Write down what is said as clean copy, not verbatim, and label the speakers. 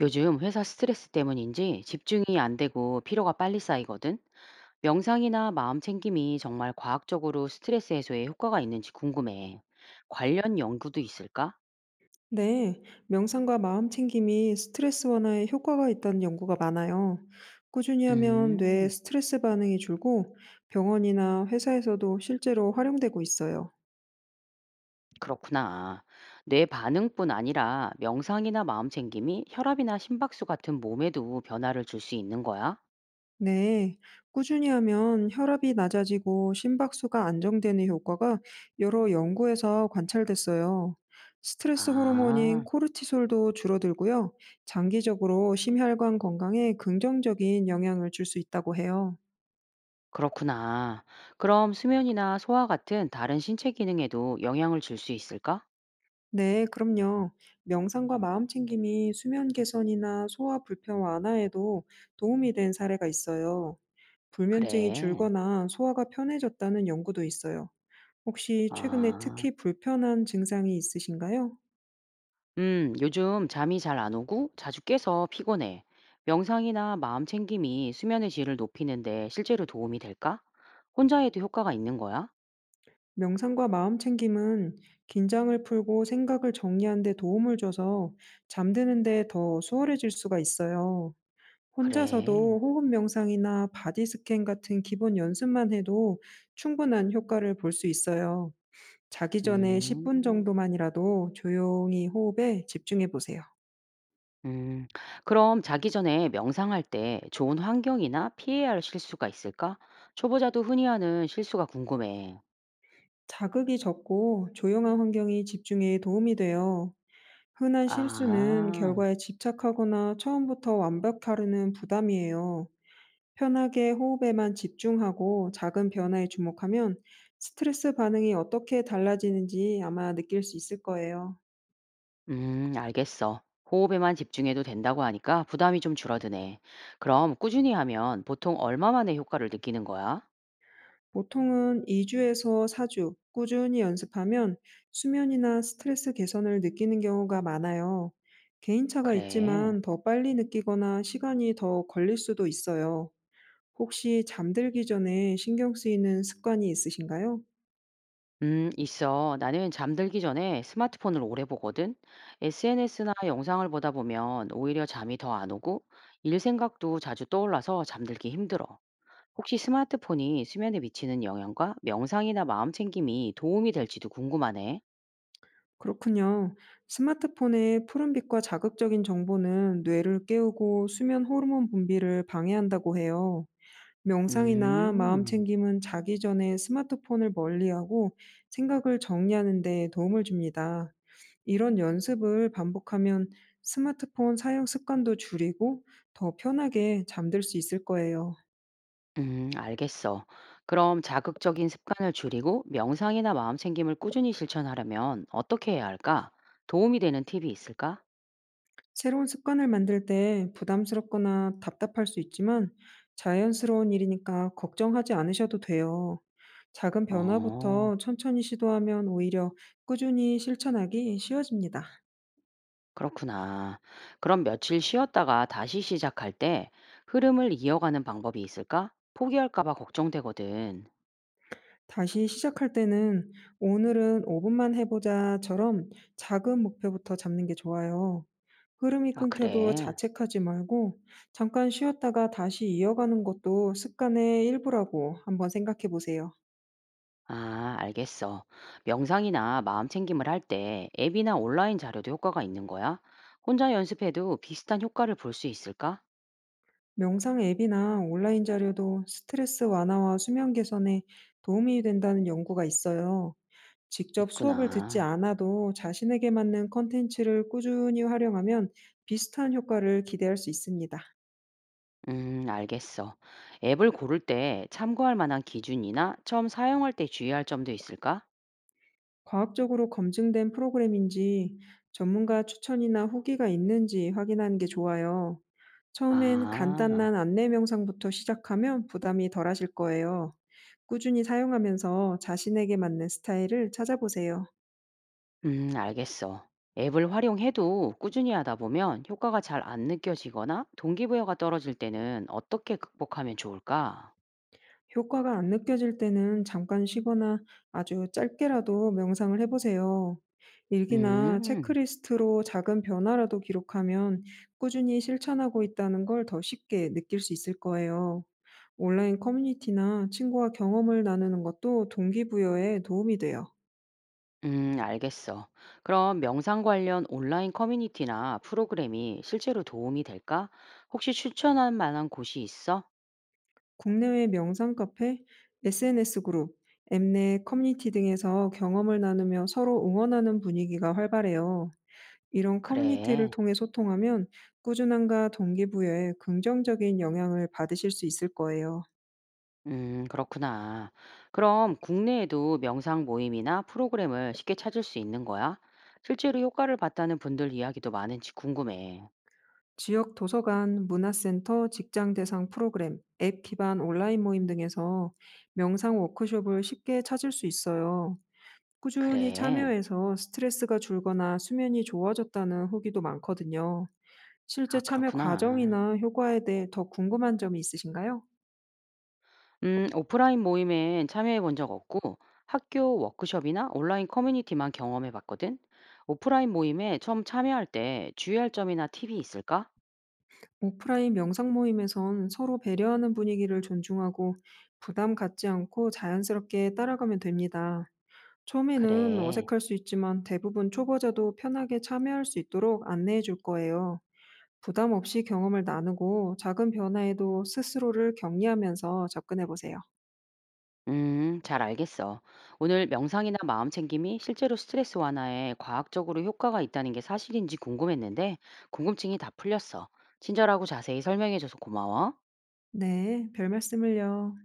Speaker 1: 요즘 회사 스트레스 때문인지 집중이 안 되고 피로가 빨리 쌓이거든. 명상이나 마음 챙김이 정말 과학적으로 스트레스 해소에 효과가 있는지 궁금해. 관련 연구도 있을까?
Speaker 2: 네, 명상과 마음 챙김이 스트레스 완화에 효과가 있다는 연구가 많아요. 꾸준히 하면
Speaker 1: 음,
Speaker 2: 뇌의 스트레스 반응이 줄고 병원이나 회사에서도 실제로 활용되고 있어요.
Speaker 1: 그렇구나. 뇌 반응뿐 아니라 명상이나 마음 챙김이 혈압이나 심박수 같은 몸에도 변화를 줄 수 있는 거야?
Speaker 2: 네, 꾸준히 하면 혈압이 낮아지고 심박수가 안정되는 효과가 여러 연구에서 관찰됐어요. 스트레스
Speaker 1: 아,
Speaker 2: 호르몬인 코르티솔도 줄어들고요. 장기적으로 심혈관 건강에 긍정적인 영향을 줄 수 있다고 해요.
Speaker 1: 그렇구나. 그럼 수면이나 소화 같은 다른 신체 기능에도 영향을 줄 수 있을까?
Speaker 2: 네, 그럼요. 명상과 마음 챙김이 수면 개선이나 소화 불편 완화에도 도움이 된 사례가 있어요. 불면증이
Speaker 1: 그래.
Speaker 2: 줄거나 소화가 편해졌다는 연구도 있어요. 혹시 최근에
Speaker 1: 아.
Speaker 2: 특히 불편한 증상이 있으신가요?
Speaker 1: 요즘 잠이 잘 안 오고 자주 깨서 피곤해. 명상이나 마음 챙김이 수면의 질을 높이는데 실제로 도움이 될까? 혼자 해도 효과가 있는 거야?
Speaker 2: 명상과 마음 챙김은 긴장을 풀고 생각을 정리하는 데 도움을 줘서 잠드는 데 더 수월해질 수가 있어요.
Speaker 1: 그래.
Speaker 2: 혼자서도 호흡 명상이나 바디 스캔 같은 기본 연습만 해도 충분한 효과를 볼 수 있어요. 자기 전에 십
Speaker 1: 음,
Speaker 2: 분 정도만이라도 조용히 호흡에 집중해 보세요.
Speaker 1: 음. 그럼 자기 전에 명상할 때 좋은 환경이나 피해야 할 실수가 있을까? 초보자도 흔히 하는 실수가 궁금해.
Speaker 2: 자극이 적고 조용한 환경이 집중에 도움이 돼요. 흔한 실수는
Speaker 1: 아,
Speaker 2: 결과에 집착하거나 처음부터 완벽하려는 부담이에요. 편하게 호흡에만 집중하고 작은 변화에 주목하면 스트레스 반응이 어떻게 달라지는지 아마 느낄 수 있을 거예요.
Speaker 1: 알겠어. 호흡에만 집중해도 된다고 하니까 부담이 좀 줄어드네. 그럼 꾸준히 하면 보통 얼마 만에 효과를 느끼는 거야?
Speaker 2: 보통은 2주에서 4주 꾸준히 연습하면 수면이나 스트레스 개선을 느끼는 경우가 많아요. 개인차가
Speaker 1: 그래.
Speaker 2: 있지만 더 빨리 느끼거나 시간이 더 걸릴 수도 있어요. 혹시 잠들기 전에 신경 쓰이는 습관이 있으신가요?
Speaker 1: 있어. 나는 잠들기 전에 스마트폰을 오래 보거든. SNS나 영상을 보다 보면 오히려 잠이 더 안 오고 일 생각도 자주 떠올라서 잠들기 힘들어. 혹시 스마트폰이 수면에 미치는 영향과 명상이나 마음 챙김이 도움이 될지도 궁금하네.
Speaker 2: 그렇군요. 스마트폰의 푸른빛과 자극적인 정보는 뇌를 깨우고 수면 호르몬 분비를 방해한다고 해요. 명상이나 마음
Speaker 1: 음,
Speaker 2: 챙김은 자기 전에 스마트폰을 멀리하고 생각을 정리하는 데 도움을 줍니다. 이런 연습을 반복하면 스마트폰 사용 습관도 줄이고 더 편하게 잠들 수 있을 거예요.
Speaker 1: 알겠어. 그럼 자극적인 습관을 줄이고 명상이나 마음 챙김을 꾸준히 실천하려면 어떻게 해야 할까? 도움이 되는 팁이 있을까?
Speaker 2: 새로운 습관을 만들 때 부담스럽거나 답답할 수 있지만 자연스러운 일이니까 걱정하지 않으셔도 돼요. 작은
Speaker 1: 어.
Speaker 2: 변화부터 천천히 시도하면 오히려 꾸준히 실천하기 쉬워집니다.
Speaker 1: 그렇구나. 그럼 며칠 쉬었다가 다시 시작할 때 흐름을 이어가는 방법이 있을까? 포기할까 봐 걱정되거든.
Speaker 2: 다시 시작할 때는 "오늘은 5 분만 해 보자."처럼 작은 목표부터 잡는 게 좋아요. 흐름이
Speaker 1: 아,
Speaker 2: 끊겨도
Speaker 1: 그래.
Speaker 2: 자책하지 말고 잠깐 쉬었다가 다시 이어가는 것도 습관의 일부라고 한번 생각해 보세요.
Speaker 1: 아, 알겠어. 명상이나 마음 챙김을 할 때 앱이나 온라인 자료도 효과가 있는 거야? 혼자 연습해도 비슷한 효과를 볼 수 있을까?
Speaker 2: 명상 앱이나 온라인 자료도 스트레스 완화와 수면 개선에 도움이 된다는 연구가 있어요. 직접 수업을 듣지
Speaker 1: 있구나.
Speaker 2: 않아도 자신에게 맞는 컨텐츠를 꾸준히 활용하면 비슷한 효과를 기대할 수 있습니다.
Speaker 1: 알겠어. 앱을 고를 때 참고할 만한 기준이나 처음 사용할 때 주의할 점도 있을까?
Speaker 2: 과학적으로 검증된 프로그램인지 전문가 추천이나 후기가 있는지 확인하는 게 좋아요. 처음엔
Speaker 1: 아.
Speaker 2: 간단한 안내 명상부터 시작하면 부담이 덜하실 거예요. 꾸준히 사용하면서 자신에게 맞는 스타일을 찾아보세요.
Speaker 1: 알겠어. 앱을 활용해도 꾸준히 하다 보면 효과가 잘 안 느껴지거나 동기부여가 떨어질 때는 어떻게 극복하면 좋을까?
Speaker 2: 효과가 안 느껴질 때는 잠깐 쉬거나 아주 짧게라도 명상을 해보세요. 일기나
Speaker 1: 음,
Speaker 2: 체크리스트로 작은 변화라도 기록하면 꾸준히 실천하고 있다는 걸 더 쉽게 느낄 수 있을 거예요. 온라인 커뮤니티나 친구와 경험을 나누는 것도 동기부여에 도움이 돼요.
Speaker 1: 알겠어. 그럼 명상 관련 온라인 커뮤니티나 프로그램이 실제로 도움이 될까? 혹시 추천할 만한 곳이 있어?
Speaker 2: 국내외 명상 카페, SNS 그룹, 앱 내 커뮤니티 등에서 경험을 나누며 서로 응원하는 분위기가 활발해요. 이런 커뮤니티를
Speaker 1: 그래.
Speaker 2: 통해 소통하면 꾸준함과 동기부여에 긍정적인 영향을 받으실 수 있을 거예요.
Speaker 1: 그렇구나. 그럼 국내에도 명상 모임이나 프로그램을 쉽게 찾을 수 있는 거야? 실제로 효과를 봤다는 분들 이야기도 많은지 궁금해.
Speaker 2: 지역 도서관, 문화센터, 직장 대상 프로그램, 앱 기반 온라인 모임 등에서 명상 워크숍을 쉽게 찾을 수 있어요. 꾸준히
Speaker 1: 그래.
Speaker 2: 참여해서 스트레스가 줄거나 수면이 좋아졌다는 후기도 많거든요.
Speaker 1: 아
Speaker 2: 실제 참여
Speaker 1: 그렇구나.
Speaker 2: 과정이나 효과에 대해 더 궁금한 점이 있으신가요?
Speaker 1: 오프라인 모임엔 참여해 본 적 없고 학교 워크숍이나 온라인 커뮤니티만 경험해 봤거든. 오프라인 모임에 처음 참여할 때 주의할 점이나 팁이 있을까?
Speaker 2: 오프라인 명상 모임에선 서로 배려하는 분위기를 존중하고 부담 갖지 않고 자연스럽게 따라가면 됩니다. 처음에는
Speaker 1: 그래.
Speaker 2: 어색할 수 있지만 대부분 초보자도 편하게 참여할 수 있도록 안내해 줄 거예요. 부담 없이 경험을 나누고 작은 변화에도 스스로를 격려하면서 접근해 보세요.
Speaker 1: 잘 알겠어. 오늘 명상이나 마음 챙김이 실제로 스트레스 완화에 과학적으로 효과가 있다는 게 사실인지 궁금했는데 궁금증이 다 풀렸어. 친절하고 자세히 설명해줘서 고마워.
Speaker 2: 네, 별 말씀을요.